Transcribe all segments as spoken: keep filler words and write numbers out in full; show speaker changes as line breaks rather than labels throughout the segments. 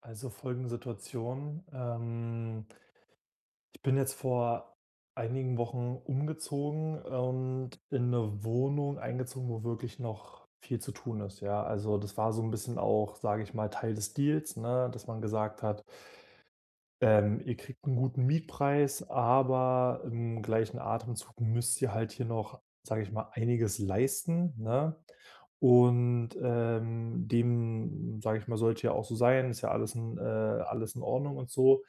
Also folgende Situation. Ähm, ich bin jetzt vor einigen Wochen umgezogen und in eine Wohnung eingezogen, wo wirklich noch viel zu tun ist. Ja, also das war so ein bisschen auch, sage ich mal, Teil des Deals, ne, dass man gesagt hat, ähm, ihr kriegt einen guten Mietpreis, aber im gleichen Atemzug müsst ihr halt hier noch, sage ich mal, einiges leisten, ne? Und, ähm, dem, sage ich mal, sollte ja auch so sein, ist ja alles in äh, alles in Ordnung und so.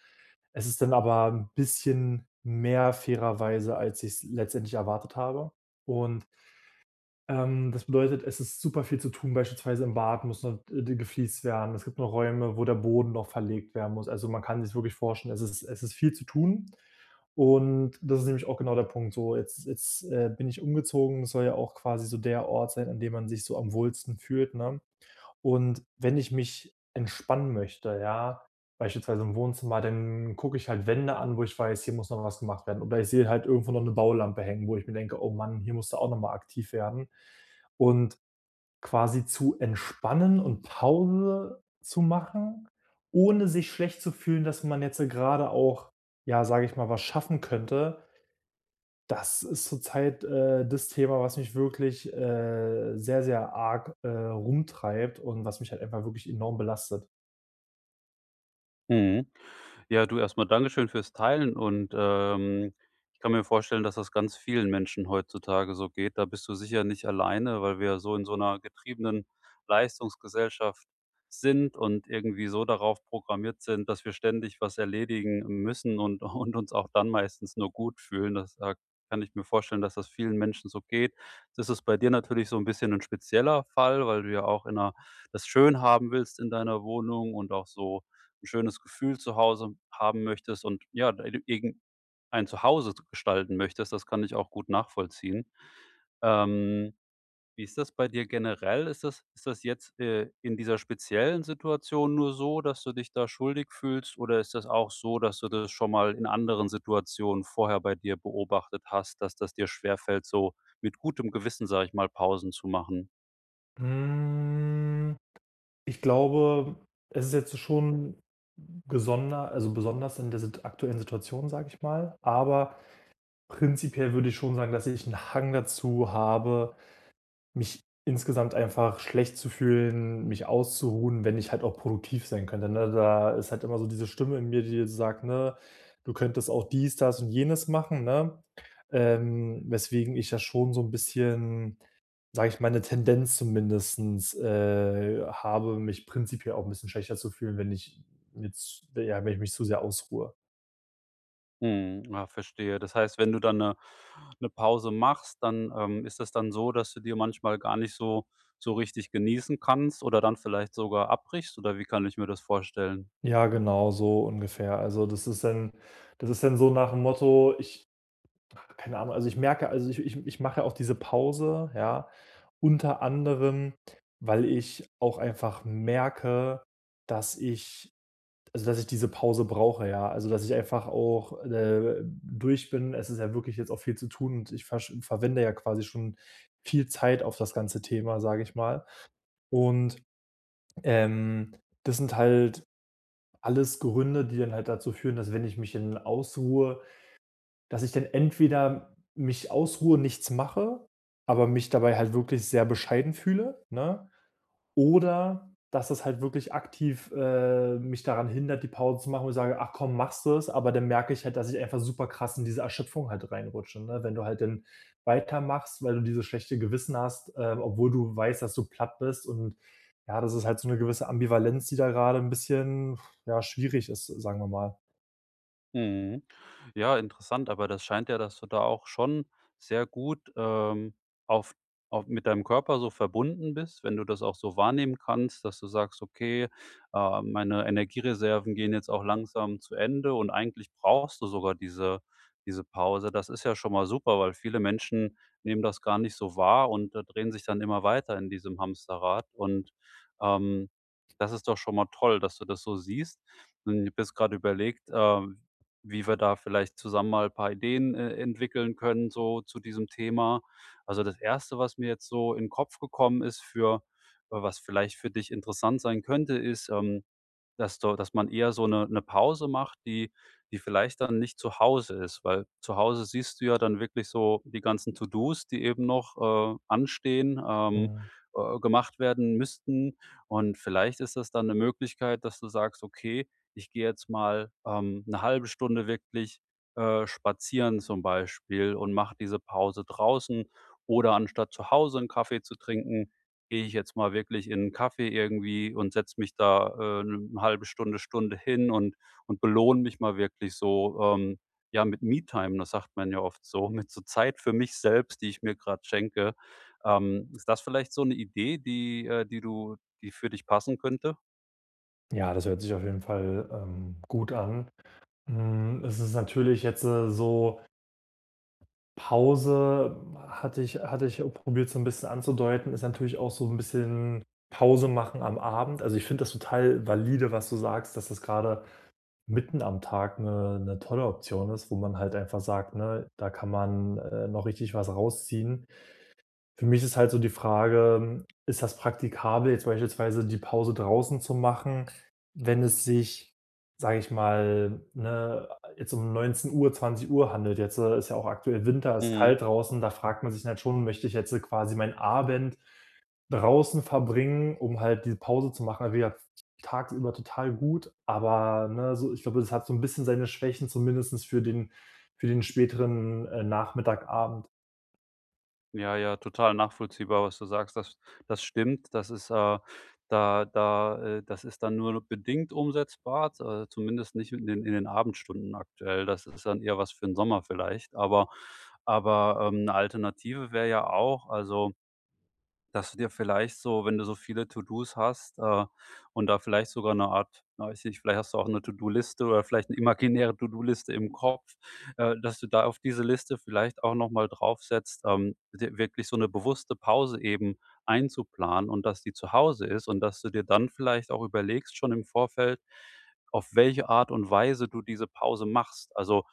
Es ist dann aber ein bisschen mehr fairerweise, als ich's letztendlich erwartet habe. Und ähm, das bedeutet, es ist super viel zu tun. Beispielsweise im Bad muss noch, äh, die gefliest werden. Es gibt noch Räume, wo der Boden noch verlegt werden muss. Also, man kann sich wirklich vorstellen, es ist es ist viel zu tun. Und das ist nämlich auch genau der Punkt so. Jetzt jetzt, äh, bin ich umgezogen. Das soll ja auch quasi so der Ort sein, an dem man sich so am wohlsten fühlt, ne? Und wenn ich mich entspannen möchte, ja, beispielsweise im Wohnzimmer, dann gucke ich halt Wände an, wo ich weiß, hier muss noch was gemacht werden. Oder ich sehe halt irgendwo noch eine Baulampe hängen, wo ich mir denke: „Oh Mann, hier musst du auch noch mal aktiv werden." Und quasi zu entspannen und Pause zu machen, ohne sich schlecht zu fühlen, dass man jetzt gerade auch, ja, sage ich mal, was schaffen könnte, das ist zurzeit, äh, das Thema, was mich wirklich, äh, sehr, sehr arg, äh, rumtreibt und was mich halt einfach wirklich enorm belastet.
Mhm. Ja, du erstmal Dankeschön fürs Teilen und, ähm, ich kann mir vorstellen, dass das ganz vielen Menschen heutzutage so geht. Da bist du sicher nicht alleine, weil wir so in so einer getriebenen Leistungsgesellschaft sind und irgendwie so darauf programmiert sind, dass wir ständig was erledigen müssen und und uns auch dann meistens nur gut fühlen. Das, äh, kann ich mir vorstellen, dass das vielen Menschen so geht. Das ist bei dir natürlich so ein bisschen ein spezieller Fall, weil du ja auch in 'ner das schön haben willst in deiner Wohnung und auch so ein schönes Gefühl zu Hause haben möchtest und ja, dein irgend ein Zuhause zu gestalten möchtest. Das kann ich auch gut nachvollziehen. Ähm, Wie ist das bei dir generell? Ist das ist das jetzt, äh, in dieser speziellen Situation nur so, dass du dich da schuldig fühlst oder ist das auch so, dass du das schon mal in anderen Situationen vorher bei dir beobachtet hast, dass das dir schwerfällt, so mit gutem Gewissen, sage ich mal, Pausen zu machen?
Hm, ich glaube, es ist jetzt schon gesonder also, besonders in der sit aktuellen Situation, sage ich mal, aber prinzipiell würde ich schon sagen, dass ich einen Hang dazu habe, mich insgesamt einfach schlecht zu fühlen, mich auszuruhen, wenn ich halt auch produktiv sein könnte, ne? Da ist halt immer so diese Stimme in mir, die sagt, ne: „Du könntest auch dies, das und jenes machen", ne? Ähm, weswegen ich ja schon so ein bisschen, sage ich mal, eine Tendenz zumindestens, äh, habe, mich prinzipiell auch ein bisschen schlechter zu fühlen, wenn ich jetzt ja, wenn ich mich zu sehr ausruhe.
Mhm, ja, verstehe. Das heißt, wenn du dann eine 'ne Pause machst, dann, ähm, ist es dann so, dass du dir manchmal gar nicht so so richtig genießen kannst oder dann vielleicht sogar abbrichst oder wie kann ich mir das vorstellen?
Ja, genau, so ungefähr. Also, das ist dann das ist dann so nach dem Motto, ich keine Ahnung, also ich merke, also ich ich ich mache auch diese Pause, ja, unter anderem, weil ich auch einfach merke, dass ich also, dass ich diese Pause brauche, ja. Also, dass ich einfach auch, äh, durch bin. Es ist ja wirklich jetzt auch viel zu tun und ich versch verwende ja quasi schon viel Zeit auf das ganze Thema, sage ich mal. Und, ähm, das sind halt alles Gründe, die dann halt dazu führen, dass, wenn ich mich in ausruhe, dass ich dann entweder mich ausruhe, nichts mache, aber mich dabei halt wirklich sehr bescheiden fühle, ne? Oder dass das halt wirklich aktiv äh, mich daran hindert, die Pause zu machen, und ich sage, ach komm, machst du es, aber dann merke ich halt, dass ich einfach super krass in diese Erschöpfung halt reinrutsche, ne? Wenn du halt dann weitermachst, weil du dieses schlechte Gewissen hast, äh, obwohl du weißt, dass du platt bist, und ja, das ist halt so eine gewisse Ambivalenz, die da gerade ein bisschen, ja, schwierig ist, sagen wir mal.
Mhm. Ja, interessant, aber das scheint ja, dass du da auch schon sehr gut, ähm, auf auf mit deinem Körper so verbunden bist, wenn du das auch so wahrnehmen kannst, dass du sagst: „Okay, äh, meine Energiereserven gehen jetzt auch langsam zu Ende und eigentlich brauchst du sogar diese diese Pause.“ Das ist ja schon mal super, weil viele Menschen nehmen das gar nicht so wahr und, äh, drehen sich dann immer weiter in diesem Hamsterrad und, ähm, das ist doch schon mal toll, dass du das so siehst. Und ich habe jetzt grade überlegt, äh wie wir da vielleicht zusammen mal ein paar Ideen, äh, entwickeln können so zu diesem Thema. Also, das erste, was mir jetzt so in den Kopf gekommen ist für äh, was vielleicht für dich interessant sein könnte, ist, ähm dass du dass man eher so eine 'ne Pause macht, die die vielleicht dann nicht zu Hause ist, weil zu Hause siehst du ja dann wirklich so die ganzen To-dos, die eben noch, äh, anstehen, ähm,
Mhm.
äh, gemacht werden müssten. Und vielleicht ist das dann eine Möglichkeit, dass du sagst: „Okay, ich gehe jetzt mal, ähm, 'ne eine Stunde wirklich, äh, spazieren zum Beispiel und mache diese Pause draußen oder anstatt zu Hause einen Kaffee zu trinken, gehe ich jetzt mal wirklich in 'n Kaffee irgendwie und setze mich da, äh, 'ne halbe Stunde, Stunde hin und und belohne mich mal wirklich so, ähm, ja, mit Me-Time, das sagt man ja oft so, mit so Zeit für mich selbst, die ich mir grad schenke. Ähm, ist das vielleicht so 'ne Idee, die äh, die du die für dich passen könnte?“
Ja, das hört sich auf jeden Fall, ähm, gut an. Hm, es ist natürlich jetzt, äh, so Pause, hatte ich hatte ich probiert, so ein bisschen anzudeuten, ist natürlich auch so ein bisschen Pause machen am Abend. Also, ich finde das total valide, was du sagst, dass das gerade mitten am Tag eine eine tolle Option ist, wo man halt einfach sagt, ne, da kann man, äh, noch richtig was rausziehen. Für mich ist halt so die Frage, ist das praktikabel, jetzt beispielsweise die Pause draußen zu machen, wenn es sich, sage ich mal, ne, jetzt um 19:00 Uhr handelt. Jetzt, äh, ist ja auch aktuell Winter, ist
Mhm.
kalt draußen, da fragt man sich halt schon, möchte ich jetzt äh, quasi meinen Abend draußen verbringen, um halt diese Pause zu machen. Also, wie gesagt, tagsüber total gut, aber, ne, so, ich glaube, das hat so ein bisschen seine Schwächen, zumindest für den für den späteren, äh, Nachmittag, Abend.
Ja, ja, total nachvollziehbar, was du sagst. Das das stimmt. Das ist, äh da da äh, das ist dann nur bedingt umsetzbar, z- äh, zumindest nicht in den in den Abendstunden aktuell. Das ist dann eher was für den Sommer vielleicht, aber aber, ähm, 'ne Alternative wäre ja auch, also dass du dir vielleicht so, wenn du so viele To-dos hast, äh, und da vielleicht sogar eine Art na, weiß nicht, vielleicht hast du auch eine To-do-Liste oder vielleicht eine imaginäre To-do-Liste im Kopf, äh, dass du da auf diese Liste vielleicht auch noch mal draufsetzt, ähm, dir wirklich so eine bewusste Pause eben einzuplanen und dass die zu Hause ist und dass du dir dann vielleicht auch überlegst schon im Vorfeld, auf welche Art und Weise du diese Pause machst. Also,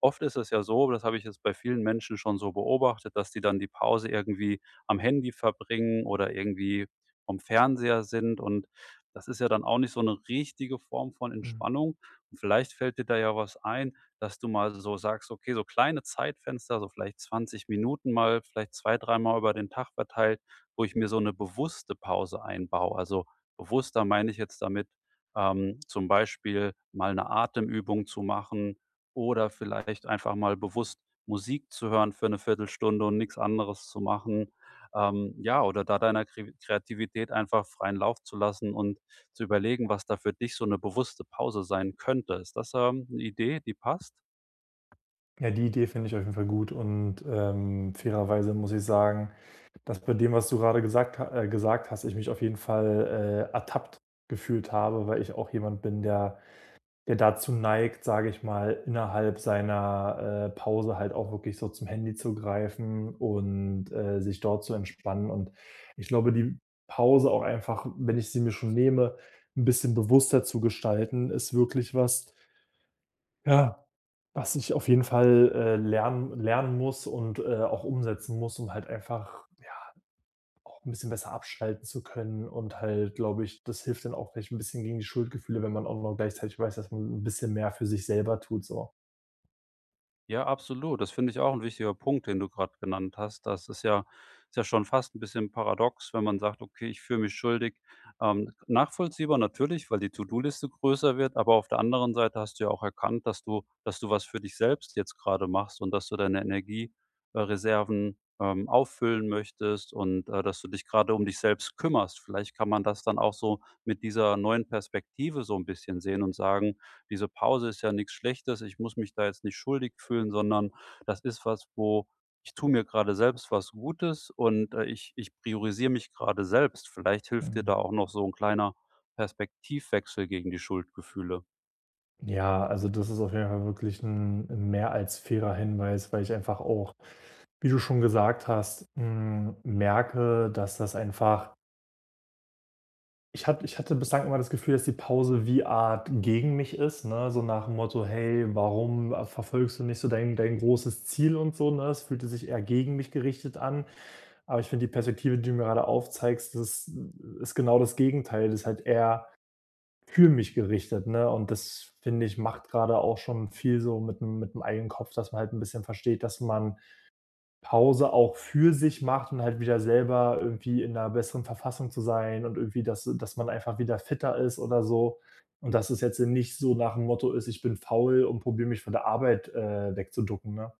oft ist es ja so, das habe ich jetzt bei vielen Menschen schon so beobachtet, dass die dann die Pause irgendwie am Handy verbringen oder irgendwie vorm Fernseher sind. Und das ist ja dann auch nicht so eine richtige Form von Entspannung. Und vielleicht fällt dir da ja was ein, dass du mal so sagst: „Okay, so kleine Zeitfenster, so vielleicht zwanzig Minuten mal, vielleicht zwei dreimal über den Tag verteilt, wo ich mir so eine bewusste Pause einbaue.“ Also, bewusster meine ich jetzt damit, ähm, zum Beispiel mal eine Atemübung zu machen oder vielleicht einfach mal bewusst Musik zu hören für eine Viertelstunde und nichts anderes zu machen, ähm, ja, oder da deiner Kre Kreativität einfach freien Lauf zu lassen und zu überlegen, was da für dich so eine bewusste Pause sein könnte. Ist das, ähm, eine Idee, die passt?
Ja, die Idee finde ich auf jeden Fall gut, und, ähm, fairerweise muss ich sagen, dass bei dem, was du gerade gesagt ha äh, gesagt hast, ich mich auf jeden Fall, äh, ertappt gefühlt habe, weil ich auch jemand bin, der der dazu neigt, sage ich mal, innerhalb seiner, äh, Pause halt auch wirklich so zum Handy zu greifen und, äh, sich dort zu entspannen. Und ich glaube, die Pause auch einfach, wenn ich sie mir schon nehme, ein bisschen bewusster zu gestalten, ist wirklich was, ja, was ich auf jeden Fall, äh, lernen lernen muss und, äh, auch umsetzen muss, um halt einfach, ja, auch ein bisschen besser abschalten zu können, und halt, glaube ich, das hilft dann auch vielleicht ein bisschen gegen die Schuldgefühle, wenn man auch noch gleichzeitig weiß, dass man ein bisschen mehr für sich selber tut so.
Ja, absolut. Das finde ich auch ein wichtiger Punkt, den du gerade genannt hast. Das ist ja ist ja schon fast ein bisschen paradox, wenn man sagt: „Okay, ich fühle mich schuldig.“ Ähm, nachvollziehbar natürlich, weil die To-do-Liste größer wird, aber auf der anderen Seite hast du ja auch erkannt, dass du dass du was für dich selbst jetzt gerade machst und dass du deine Energiereserven äh, Reserven, ähm, auffüllen möchtest und, äh, dass du dich gerade um dich selbst kümmerst. Vielleicht kann man das dann auch so mit dieser neuen Perspektive so ein bisschen sehen und sagen: Diese Pause ist ja nichts Schlechtes. Ich muss mich da jetzt nicht schuldig fühlen, sondern das ist was, wo ich tue mir gerade selbst was Gutes und, äh, ich ich priorisiere mich gerade selbst. Vielleicht hilft dir
Mhm.
da auch noch so ein kleiner Perspektivwechsel gegen die Schuldgefühle.
Ja, also das ist auf jeden Fall wirklich ein 'n mehr als fairer Hinweis, weil ich einfach auch, wie du schon gesagt hast, hm, merke, dass das einfach. Ich hatte ich hatte bislang immer das Gefühl, dass die Pause wie Art gegen mich ist, ne? So nach dem Motto: „Hey, warum, äh, verfolgst du nicht so dein dein großes Ziel und so", ne? Es fühlte sich eher gegen mich gerichtet an. Aber ich finde die Perspektive, die du mir gerade aufzeigst, das, äh, ist genau das Gegenteil. Das ist halt eher für mich gerichtet, ne? Und das, finde ich, macht gerade auch schon viel so mit 'nem mit 'm eigenen Kopf, dass man halt ein bisschen versteht, dass man Pause auch für sich macht und halt wieder selber irgendwie in 'ner besseren Verfassung zu sein, und irgendwie, dass dass man einfach wieder fitter ist oder so. Und dass es jetzt nicht so nach dem Motto ist: „Ich bin faul und probiere mich von der Arbeit, äh, wegzuducken", ne?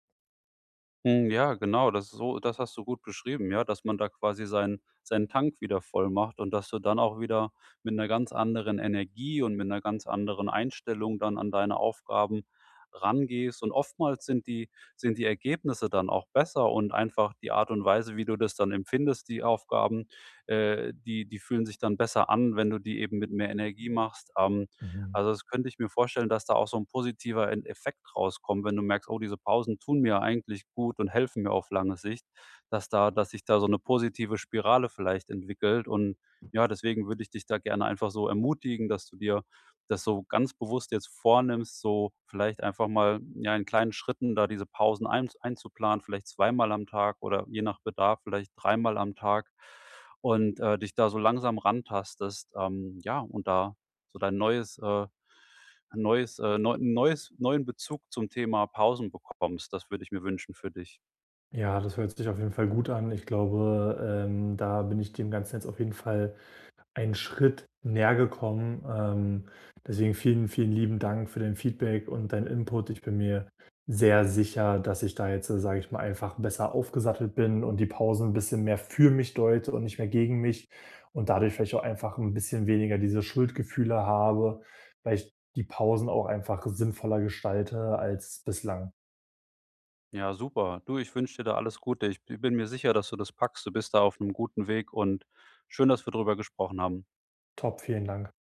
Hm, ja, genau, das ist so, das hast du gut beschrieben, ja, dass man da quasi seinen seinen Tank wieder voll macht und dass du dann auch wieder mit einer ganz anderen Energie und mit einer ganz anderen Einstellung dann an deine Aufgaben rangehst. Und oftmals sind die sind die Ergebnisse dann auch besser und einfach die Art und Weise, wie du das dann empfindest, die Aufgaben, äh, die die fühlen sich dann besser an, wenn du die eben mit mehr Energie machst. Ähm
Mhm.
also, das könnte ich mir vorstellen, dass da auch so ein positiver En Effekt rauskommt, wenn du merkst: „Oh, diese Pausen tun mir eigentlich gut und helfen mir auf lange Sicht“, dass da, dass sich da so eine positive Spirale vielleicht entwickelt und ja, deswegen würde ich dich da gerne einfach so ermutigen, dass du dir das so ganz bewusst jetzt vornimmst, so vielleicht einfach mal, ja, in kleinen Schritten da diese Pausen einz einzuplanen, vielleicht zweimal am Tag oder je nach Bedarf vielleicht dreimal am Tag und, äh, dich da so langsam rantastest, ähm, ja, und da so dein neues, äh neues, äh neu neues neuen Bezug zum Thema Pausen bekommst. Das würde ich mir wünschen für dich.
Ja, das hört sich auf jeden Fall gut an. Ich glaube, ähm, da bin ich dem Ganzen jetzt auf jeden Fall einen Schritt näher gekommen. Ähm, deswegen vielen, vielen lieben Dank für dein Feedback und deinen Input. Ich bin mir sehr sicher, dass ich da jetzt, äh, sage ich mal, einfach besser aufgesattelt bin und die Pausen ein bisschen mehr für mich deute und nicht mehr gegen mich, und dadurch vielleicht auch einfach ein bisschen weniger diese Schuldgefühle habe, weil ich die Pausen auch einfach sinnvoller gestalte als bislang.
Ja, super. Du, ich wünsche dir da alles Gute. Ich bin mir sicher, dass du das packst. Du bist da auf einem guten Weg und schön, dass wir drüber gesprochen haben.
Top, vielen Dank.